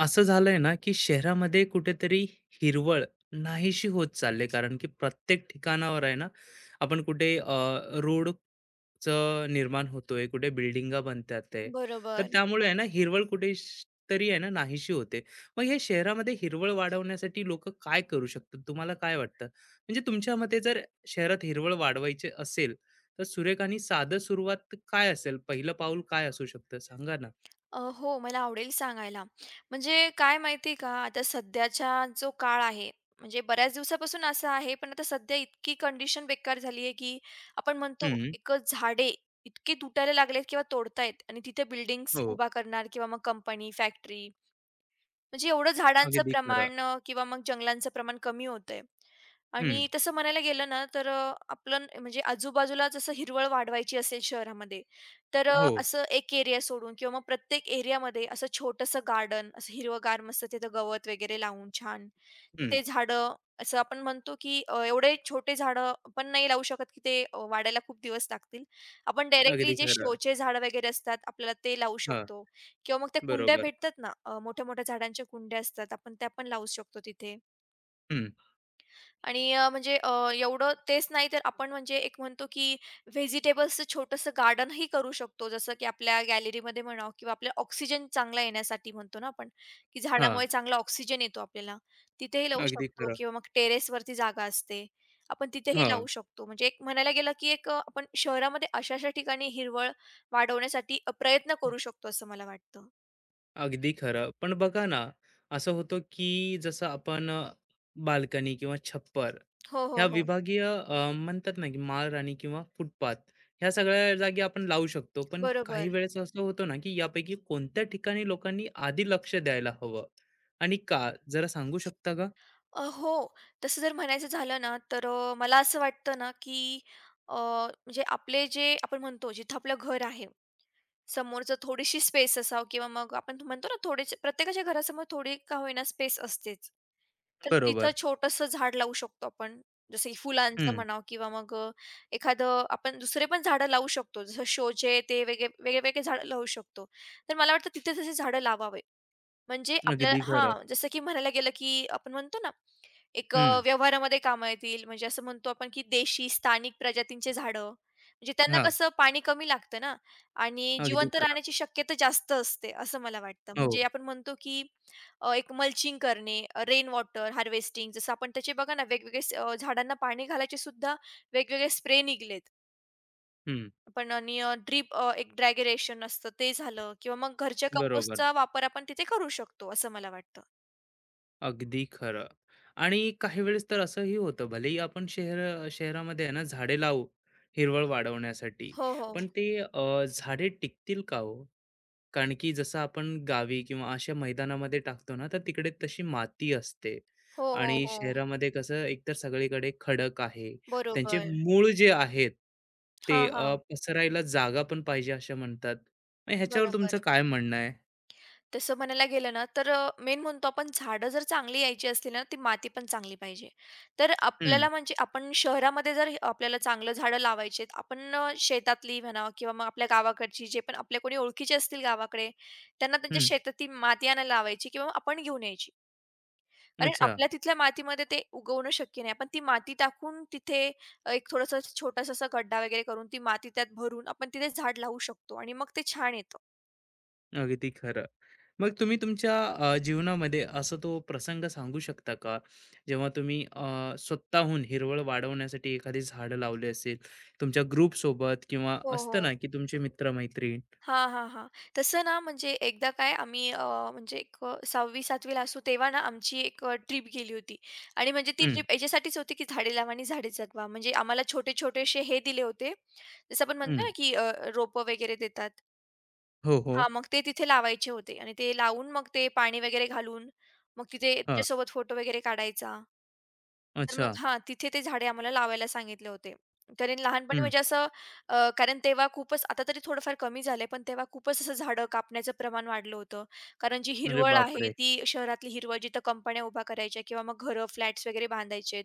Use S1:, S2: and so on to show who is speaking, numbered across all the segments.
S1: असं झालंय ना, की शहरामध्ये कुठेतरी हिरवळ नाहीशी होत चालली. कारण की प्रत्येक ठिकाणावर आहे ना, आपण कुठे रोडचं निर्माण होतोय, कुठे बिल्डिंगा बनतात आहे. तर
S2: बरोबर.
S1: त्यामुळे आहे ना, हिरवळ कुठे तरी आहे ना, नाहीशी होते. मग हे शहरामध्ये हिरवळ वाढवण्यासाठी लोकं काय करू शकतात? तुम्हाला काय वाटतं? म्हणजे तुमच्या मते जर शहरात हिरवळ वाढवायची असेल, तर सुरेख आणि साधं सुरुवात काय असेल? पहिलं पाऊल काय असू शकतं? सांगा ना?
S2: हो, मला आवडेल सांगायला. म्हणजे काय माहिती आहे का, आता सध्याचा जो काळ आहे, म्हणजे बऱ्याच दिवसापासून असं आहे, पण आता सध्या इतकी कंडिशन बेकार झाली आहे, की आपण म्हणतो
S1: हं.
S2: एक झाडे इतके तुटायला लागलेत किंवा तोडतायत आणि तिथे बिल्डिंग्स
S1: हो.
S2: उभा करणार किंवा मग कंपनी, फॅक्टरी. म्हणजे एवढं झाडांचं
S1: अगदी खरं.
S2: प्रमाण किंवा मग जंगलांचं प्रमाण कमी होतंय.
S1: हं.
S2: आणि तसं म्हणायला गेलं ना, तर म्हणजे आजूबाजूला जसं हिरवळ वाढवायची असेल शहरामध्ये, तर
S1: हो.
S2: असं एक एरिया सोडून किंवा मग प्रत्येक एरियामध्ये असं छोटंसं गार्डन, असं हिरवंगार मस्त तिथं गवत वगैरे लावून छान,
S1: हं.
S2: तिथे झाडं. असं आपण म्हणतो, की एवढे छोटे झाडं पण नाही लावू शकत, की ते वाढायला खूप दिवस लागतील. आपण डायरेक्टली
S1: अगदी
S2: जे
S1: खरं.
S2: शोचे झाडं वगैरे असतात, आपल्याला ते लावू
S1: हां.
S2: शकतो. किंवा मग त्या कुंड्या
S1: बरोबर.
S2: भेटतात ना, मोठ्या-मोठ्या झाडांच्या कुंड्या असतात. आपण त्या पण लावू शकतो तिथे.
S1: हं.
S2: आणि एवढं तेच नाही तर आपण म्हणजे एक म्हणतो की व्हेजिटेबल्सचं छोटंसं गार्डनही करू शकतो. जसं की आपल्या गॅलरीमध्ये म्हणा किंवा आपल्या ऑक्सिजन चांगला येण्यासाठी म्हणतो ना आपण, की
S1: हां.
S2: झाडामुळे चांगला ऑक्सिजन येतो आपल्याला. तिथेही लावू
S1: अगदी
S2: शकतो
S1: खरं.
S2: किंवा मग टेरेसवरती जागा असते. आपण तिथेही
S1: हां.
S2: लावू शकतो. म्हणजे एक म्हणायला गेलं की एक आपण शहरामध्ये अशा-अशा ठिकाणी हिरवळ वाढवण्यासाठी प्रयत्न करू शकतो असं मला वाटतं.
S1: अगदी खरं. पण बघा ना, असं होतं की जसं आपण बाल्कनी किंवा छप्पर
S2: हो, हो,
S1: ह्या
S2: हो.
S1: विभागीय म्हणतात ना, की माळराणी किंवा फुटपाथ ह्या सगळ्या जागी आपण लावू शकतो. पण काही
S2: बरोबर.
S1: वेळेस असं होतं ना, की यापैकी कोणत्या ठिकाणी लोकांनी आधी लक्ष द्यायला हवं आणि का? जरा सांगू शकता का?
S2: हो. तसं जर म्हणायचं झालं ना, तर मला असं वाटतं ना, की म्हणजे आपले जे आपण म्हणतो जिथं आपलं घर आहे, समोरचं थोडीशी स्पेस असावं किंवा मग आपण म्हणतो ना, थोडेसे प्रत्येकाच्या घरासमोर थोडी का होईना स्पेस असतेच. तर तिथं
S1: बरोबर.
S2: छोटंसं झाड लावू शकतो आपण. जसं की फुलांचं
S1: हं.
S2: म्हणावं किंवा मग एखादं आपण दुसरे पण झाडं लावू शकतो. जसं शोचे ते वेगळे-वेगळे झाडं लावू शकतो. तर मला वाटतं तिथे तशी झाडं लावावे. म्हणजे आपल्या
S1: अगदी खरं.
S2: हां, जसं की म्हणायला गेलं की आपण म्हणतो ना, एक
S1: हं.
S2: व्यवहारामध्ये कामं येतील. म्हणजे असं म्हणतो आपण की देशी, स्थानिक प्रजातींचे झाडं. म्हणजे त्यांना
S1: हां.
S2: कसं पाणी कमी लागतं ना आणि
S1: अगदी
S2: जिवंत
S1: खरं.
S2: राहण्याची शक्यता जास्त असते, असं मला वाटतं.
S1: हो.
S2: म्हणजे आपण म्हणतो की एक मल्चिंग करणे, रेन वॉटर हार्वेस्टिंग जसं आपण त्याचे बघा ना वेगवेगळे झाडांना पाणी घालायचे सुद्धा वेगवेगळे स्प्रे निघालेत.
S1: हं.
S2: पण आणि एक ड्रॅगेरेशन असतं ते झालं किंवा मग घरच्या
S1: बरोबर.
S2: कंपोस्टचा वापर आपण तिथे करू शकतो, असं मला वाटतं.
S1: अगदी खरं. आणि काही वेळेस तर असंही होतं, भलेही आपण शहरामध्ये आहे ना झाडे लावू, हिरवळ वाढवण्यासाठी,
S2: हो, हो.
S1: पण ते झाडे टिकतील का हो? कारण की जसं आपण गावी किंवा अशा मैदानामध्ये टाकतो ना, तर तिकडे तशी माती असते
S2: हो, हो,
S1: आणि
S2: हो.
S1: शहरामध्ये कसं एकतर सगळीकडे खडक आहे. त्यांचे
S2: बरोबर.
S1: मूळ जे आहेत,
S2: हां,
S1: ते
S2: हां.
S1: पसरायला जागा पण पाहिजे असं म्हणतात. मग ह्याच्यावर
S2: बरोबर.
S1: तुमचं काय म्हणणं आहे?
S2: तसं म्हणायला गेलं ना, तर मेन म्हणतो आपण झाडं जर चांगली यायची असतील ना, ती माती पण चांगली पाहिजे. तर
S1: हं,
S2: आपल्याला म्हणजे आपण शहरामध्ये जर आपल्याला चांगलं झाडं लावायची आहेत, आपण शेतातली म्हणा किंवा मग आपल्या गावाकडची जे पण आपल्या कोणी ओळखीचे असतील गावाकडे, त्यांना त्यांच्या
S1: हं.
S2: शेतातील माती आणायला लावायची किंवा मग आपण घेऊन यायची. कारण
S1: अच्छा.
S2: आपल्या तिथल्या मातीमध्ये ते उगवणं शक्य नाही. आपण ती माती टाकून तिथे एक थोडासा छोटासा असा गड्डा वगैरे करून ती माती त्यात भरून आपण तिथे झाड लावू शकतो आणि मग ते छान येतं.
S1: अगदी खरं. मग तुम्ही तुमच्या जीवनामध्ये असा तो प्रसंग सांगू शकता का? जेव्हा तुम्ही स्वतःहून हिरवळ वाढवण्यासाठी एखादी झाडं लावली असेल, तुमच्या ग्रुपसोबत किंवा
S2: हो,
S1: असतं
S2: हो.
S1: ना, की तुमचे मित्र-मैत्रीण?
S2: हां, हां, हां. तसं ना म्हणजे एकदा काय आम्ही अ, म्हणजे एक अ, 6वी-7वी ला असू तेव्हा ना आमची एक ट्रिप गेली होती आणि म्हणजे ती
S1: हं.
S2: ट्रिप याच्यासाठीच होती, की झाडे लावा आणि झाडे जगवा. म्हणजे आम्हाला छोटे-छोटेसे हे दिले होते. जसं आपण म्हणतो ना, की रोपं वगैरे देतात.
S1: हो,
S2: हा,
S1: हो.
S2: मग ते तिथे लावायचे होते आणि ते लावून मग ते पाणी वगैरे घालून, मग तिथे
S1: हां.
S2: त्याच्यासोबत फोटो वगैरे काढायचा. तर मग
S1: अच्छा.
S2: हां, तिथे ते झाडे आम्हाला लावायला सांगितले होते. कारण लहानपणी
S1: हं.
S2: म्हणजे असं कारण तेव्हा खूपच आता तरी थोडंफार कमी झालंय, पण तेव्हा खूपच असं झाडं कापण्याचं प्रमाण वाढलं होतं. कारण जी
S1: अरे
S2: हिरवळ आहे,
S1: बापरे!
S2: ती शहरातली हिरवळ जिथं कंपन्या उभ्या करायच्या किंवा मग घरं, फ्लॅट्स वगैरे बांधायचेत.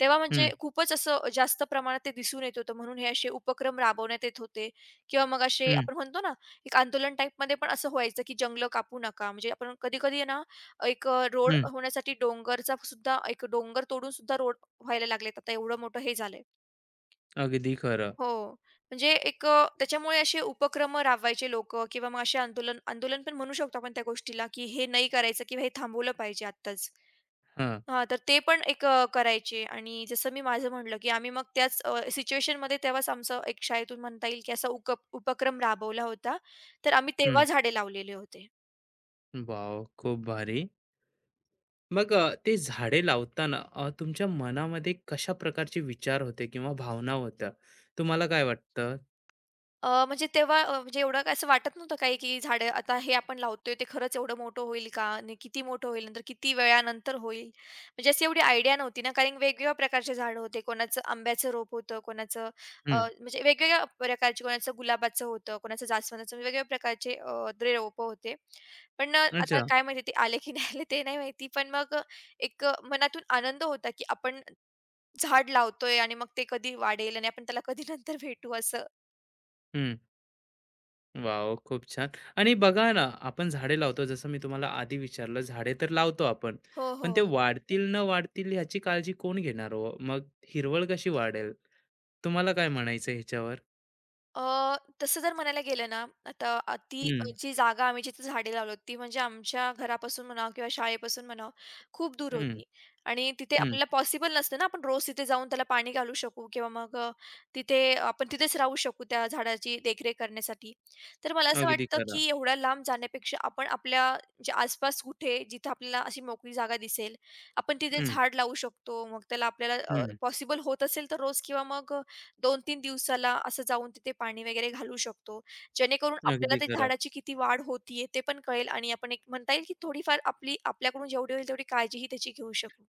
S2: तेव्हा म्हणजे
S1: हं.
S2: खूपच असं जास्त प्रमाणात ते दिसून येत होतं, म्हणून हे असे उपक्रम राबवण्यात येत होते किंवा मग असे
S1: हं.
S2: आपण म्हणतो ना, एक आंदोलन टाईपमध्ये पण असं व्हायचं, की जंगलं कापू नका. म्हणजे आपण कधी-कधी ना एक रोड
S1: हं.
S2: होण्यासाठी डोंगरचा सुद्धा एक डोंगर तोडून सुद्धा रोड व्हायला लागलेत. आता एवढं मोठं हे झालंय.
S1: अगदी खरं.
S2: हो. म्हणजे एक त्याच्यामुळे असे उपक्रम राबवायचे लोकं किंवा मग असे आंदोलन आंदोलन पण म्हणू शकतो आपण त्या गोष्टीला, की हे नाही करायचं किंवा हे थांबवलं पाहिजे आत्ताच.
S1: हां.
S2: हां, तर ते पण एक करायचे आणि जसं मी माझं म्हटलं, की आम्ही मग त्याच सिच्युएशनमध्ये तेव्हाच आमचं एक शाळेतून म्हणता येईल, की असा उपक्रम राबवला होता. तर आम्ही
S1: हं.
S2: तेव्हा झाडे लावलेले होते.
S1: वॉव! खूप भारी. मग ते झाडे लावताना तुमच्या मनामध्ये कशा प्रकारचे विचार होते किंवा भावना होत्या? तुम्हाला काय वाटतं?
S2: अ, म्हणजे तेव्हा अ, म्हणजे एवढं काय असं वाटत नव्हतं काही, की झाडं आता हे आपण लावतोय ते खरंच एवढं मोठं होईल का? आणि किती मोठं होईल? नंतर किती वेळानंतर होईल? म्हणजे अशी एवढी आयडिया नव्हती ना, कारण वेगवेगळ्या प्रकारचे झाडं होते. कोणाचं आंब्याचं रोप होतं, कोणाचं
S1: हं.
S2: म्हणजे वेगवेगळ्या प्रकारचे, कोणाचं गुलाबाचं होतं, कोणाचं जास्वंदाचं, म्हणजे वेगवेगळ्या प्रकारचे अ, द्रे रोपं होते. पण आता
S1: अच्छा.
S2: काय माहिती ते आले की नाही आले ते नाही माहिती. पण मग मनातून आनंद होता, की आपण झाड लावतोय आणि मग ते कधी वाढेल आणि आपण त्याला कधी नंतर भेटू असं.
S1: हं. वॉव! खूप छान. आणि बघा ना, आपण झाडे लावतो जसं मी तुम्हाला आधी विचारलं, झाडे तर लावतो आपण.
S2: हो,
S1: पण ते
S2: हो.
S1: वाढतील न वाढतील ह्याची काळजी कोण घेणार हो? मग हिरवळ कशी वाढेल? तुम्हाला काय म्हणायचं ह्याच्यावर?
S2: अ, तसं जर म्हणायला गेलं ना, आता
S1: हं.
S2: जी जागा आम्ही जिथे झाडे लावली होती, ती म्हणजे आमच्या घरापासून म्हणा किंवा शाळेपासून म्हणा, खूप दूर
S1: हं.
S2: होती आणि तिथे
S1: हं.
S2: आपल्याला पॉसिबल नसतं ना, आपण रोज तिथे जाऊन त्याला पाणी घालू शकू किंवा मग तिथे आपण तिथेच राहू शकू त्या झाडाची देखरेख करण्यासाठी. तर मला असं
S1: अगदी
S2: वाटतं,
S1: खरं.
S2: की एवढ्या लांब जाण्यापेक्षा आपण आपल्या जे आसपास कुठे जिथे आपल्याला अशी मोकळी जागा दिसेल, आपण तिथे
S1: हं.
S2: झाड लावू शकतो. मग त्याला आपल्याला
S1: हं.
S2: पॉसिबल होत असेल तर रोज किंवा मग 2-3 दिवसाला असं जाऊन तिथे पाणी वगैरे घालू शकतो. जेणेकरून आपल्याला
S1: अगदी
S2: ते
S1: खरं.
S2: झाडाची किती वाढ होतीये ते पण कळेल आणि आपण एक म्हणता येईल की थोडीफार आपली आपल्याकडून जेवढी होईल तेवढी काळजीही त्याची घेऊ शकू.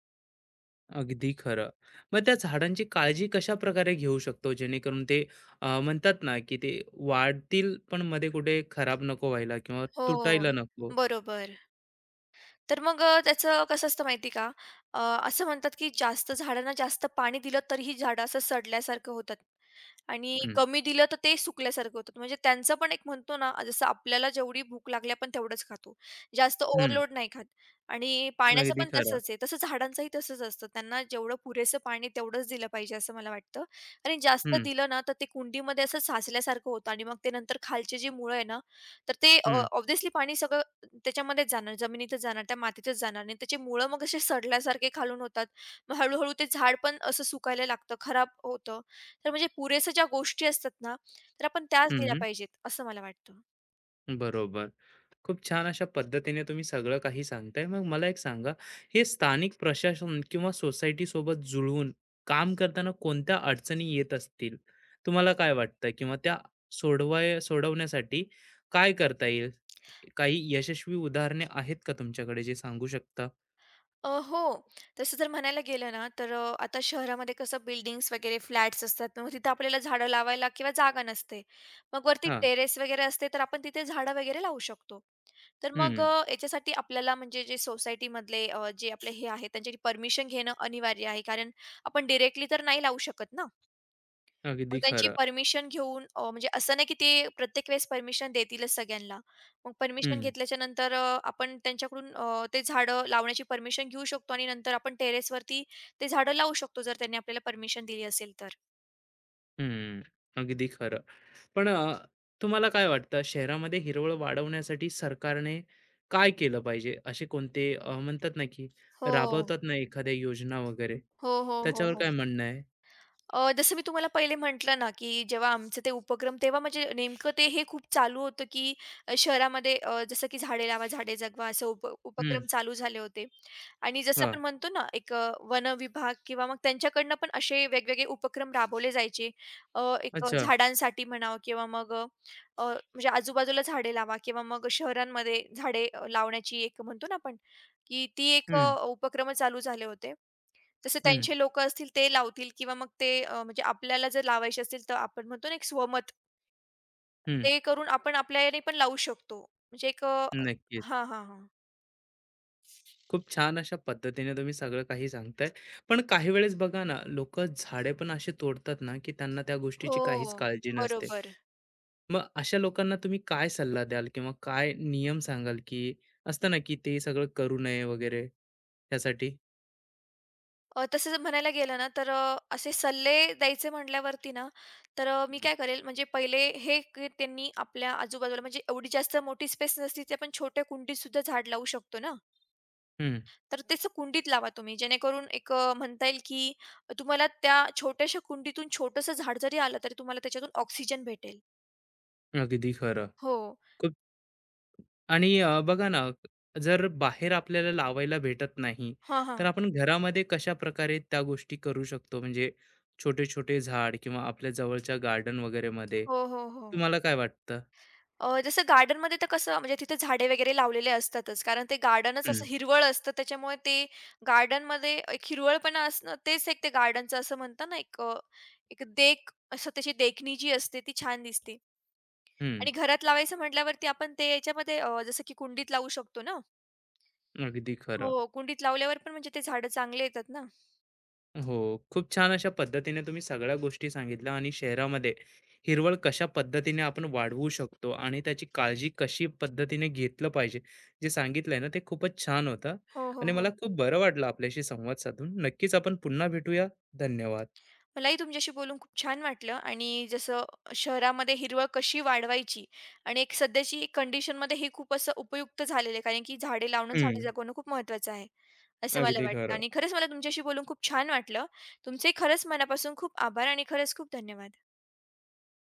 S1: अगदी खरं. मग त्या झाडांची काळजी कशा प्रकारे घेऊ शकतो जेणेकरून ते म्हणतात ना, की ते वाढतील पण मध्ये कुठे खराब नको व्हायला किंवा
S2: हो,
S1: तुटायला नको?
S2: बरोबर. तर मग त्याचं कसं असतं माहिती का? अ, असं म्हणतात, की जास्त झाडांना जास्त पाणी दिलं तरीही झाडं असं सडल्यासारखं होतात आणि
S1: हं.
S2: कमी दिलं तर ते सुकल्यासारखं होतात. म्हणजे त्यांचं पण एक म्हणतो ना, जसं आपल्याला जेवढी भूक लागली आपण तेवढंच खातो. जास्त
S1: हं.
S2: ओव्हरलोड नाही खात आणि पाण्याचं
S1: अगदी
S2: पण
S1: खरं.
S2: तसंच आहे. तसं झाडांचंही तसंच असतं. त्यांना जेवढं पुरेसं पाणी तेवढंच दिलं पाहिजे असं मला वाटतं. आणि जास्त
S1: हं.
S2: दिलं ना, तर ते कुंडीमध्ये असं साचल्यासारखं होतं आणि मग ते नंतर खालचे जे मुळं आहे ना, तर ते
S1: हं.
S2: ऑब्व्हियसली पाणी सगळं त्याच्यामध्येच जाणार, जमिनीतच जाणार, त्या मातीतच जाणार नाही. त्याची मुळं मग असे सडल्यासारखे खालून होतात. मग हळू-हळू ते झाड पण असं सुकायला लागतं, खराब होतं. तर म्हणजे पुरेशा ज्या गोष्टी असतात ना, तर आपण त्याच दिल्या
S1: हं.
S2: पाहिजेत, असं मला वाटतं.
S1: बरोबर. खूप छान अशा पद्धतीने तुम्ही सगळं काही सांगताय. मग मला एक सांगा, हे स्थानिक प्रशासन किंवा सोसायटीसोबत जुळवून काम करताना कोणत्या अडचणी येत असतील? तुम्हाला काय वाटतं? किंवा त्या सोडवण्यासाठी काय करता येईल? काही यशस्वी उदाहरणे आहेत का तुमच्याकडे जे सांगू शकता?
S2: हो. तसं जर म्हणायला गेलं ना, तर आता शहरामध्ये कसं बिल्डिंग्स वगैरे फ्लॅट्स असतात. मग तिथं आपल्याला झाडं लावायला किंवा जागा नसते. मग वरती
S1: हां.
S2: टेरेस वगैरे असते, तर आपण तिथे झाडं वगैरे लावू शकतो. तर मग
S1: हं.
S2: याच्यासाठी आपल्याला म्हणजे जे सोसायटीमधले जे आपले हे आहेत, त्यांच्यासाठी परमिशन घेणं अनिवार्य आहे. कारण आपण डायरेक्टली तर नाही लावू शकत ना. मग
S1: अगदी
S2: त्यांची
S1: खरं.
S2: परमिशन घेऊन म्हणजे असं नाही की ते प्रत्येक वेळेस परमिशन देतीलच सगळ्यांना. मग परमिशन
S1: हं.
S2: घेतल्याच्या नंतर आपण त्यांच्याकडून ते झाडं लावण्याची परमिशन घेऊ शकतो आणि नंतर आपण टेरेसवरती ते झाडं लावू शकतो जर त्यांनी आपल्याला परमिशन दिली असेल तर.
S1: हं. अगदी खरं. पण तुम्हाला काय वाटतं शहरामध्ये हिरवळ वाढवण्यासाठी सरकारने काय केलं पाहिजे? असे कोणते म्हणतात ना, की
S2: हो.
S1: राबवतात ना एखाद्या योजना वगैरे,
S2: हो, हो, हो,
S1: त्याच्यावर
S2: हो.
S1: काय म्हणणं आहे?
S2: जसं मी तुम्हाला पहिले म्हटलं ना, की जेव्हा आमचे ते उपक्रम तेव्हा म्हणजे नेमकं ते हे खूप चालू होतं, की शहरामध्ये जसं की झाडे लावा, झाडे जगवा असे उप
S1: हं.
S2: उपक्रम चालू झाले होते. आणि जसं
S1: हा.
S2: आपण म्हणतो ना, एक वन विभाग किंवा मग त्यांच्याकडनं पण असे वेगवेगळे उपक्रम राबवले जायचे.
S1: अच्छा.
S2: झाडांसाठी म्हणावं किंवा मग अ, अ, म्हणजे आजूबाजूला झाडे लावा किंवा मग शहरांमध्ये झाडे लावण्याची एक म्हणतो ना आपण, की ती एक
S1: हं.
S2: उपक्रम चालू झाले होते. तसे
S1: हं.
S2: त्यांचे लोकं असतील ते लावतील किंवा मग ते म्हणजे आपल्याला जर लावायचे असतील तर आपण म्हणतो ना, एक स्वमत
S1: हं.
S2: ते करून आपण आपल्या याने पण लावू शकतो. म्हणजे एक अ
S1: नक्कीच.
S2: हां, हां, हां.
S1: खूप छान अशा पद्धतीने तुम्ही सगळं काही सांगताय. पण काही वेळेस बघा ना, लोकं झाडे पण असे तोडतात ना, की त्यांना त्या
S2: हो,
S1: गोष्टीची काहीच काळजी नसते.
S2: बरोबर.
S1: मग अशा लोकांना तुम्ही काय सल्ला द्याल किंवा काय नियम सांगाल, की असतं ना, की ते सगळं करू नये वगैरे त्यासाठी?
S2: तसं जर म्हणायला गेलं ना तर असे सल्ले द्यायचे म्हटल्यावरती ना तर मी
S1: हं.
S2: काय करेल म्हणजे पहिले त्यांनी आपल्या आजूबाजूला म्हणजे एवढी जास्त मोठी स्पेस नसली ते आपण छोट्या कुंडीत सुद्धा झाड लावू शकतो ना.
S1: हं.
S2: तर तेच कुंडीत लावा तुम्ही जेणेकरून एक म्हणता येईल की तुम्हाला त्या छोट्याशा कुंडीतून छोटंसं झाड जरी आलं तरी तुम्हाला त्याच्यातून ऑक्सिजन भेटेल.
S1: अगदी खरं.
S2: हो.
S1: खूप आणि बघा ना, जर बाहेर आपल्याला लावायला भेटत नाही,
S2: हा, हा.
S1: तर आपण घरामध्ये कशा प्रकारे त्या गोष्टी करू शकतो? म्हणजे छोटे-छोटे झाड किंवा आपल्या जवळच्या गार्डन वगैरेमध्ये.
S2: हो, हो, हो.
S1: तुम्हाला काय वाटतं?
S2: जसं गार्डनमध्ये तर कसं म्हणजे तिथे झाडे वगैरे लावलेले असतातच. कारण ते गार्डनच असं
S1: हं.
S2: हिरवळ असतं त्याच्यामुळे ते गार्डनमध्ये एक हिरवळपणा असणं तेच एक ते गार्डनचं असं म्हणतात ना एक एक देख असं त्याची देखणी जी असते ती छान दिसते.
S1: हं.
S2: आणि घरात लावायचं म्हटल्यावरती आपण ते याच्यामध्ये जसं की कुंडीत लावू शकतो ना.
S1: अगदी खरं.
S2: हो, कुंडीत लावल्यावर पण म्हणजे ते झाडं चांगले येतात ना.
S1: हो, खूप छान अशा पद्धतीने तुम्ही सगळ्या गोष्टी सांगितल्या आणि शहरामध्ये हिरवळ कशा पद्धतीने आपण वाढवू शकतो आणि त्याची काळजी कशी पद्धतीने घेतलं पाहिजे जे सांगितलंय ना ते खूपच छान होतं
S2: हो, हो,
S1: आणि
S2: हो.
S1: मला खूप बरं वाटलं आपल्याशी संवाद साधून नक्कीच आपण पुन्हा भेटूया. धन्यवाद.
S2: मलाही तुमच्याशी बोलून खूप छान वाटलं आणि जसं शहरामध्ये हिरवळ कशी वाढवायची आणि एक सध्याची कंडिशनमध्ये हे खूप असं उपयुक्त झालेलं आहे कारण की झाडे लावणं झाडे
S1: हम्म.
S2: जगवणं खूप महत्त्वाचं आहे असं मला
S1: अगदी
S2: वाटतं
S1: खरं
S2: आणि खरंच मला तुमच्याशी बोलून खूप छान वाटलं. तुमचे खरंच मनापासून खूप आभार आणि खरंच खूप धन्यवाद.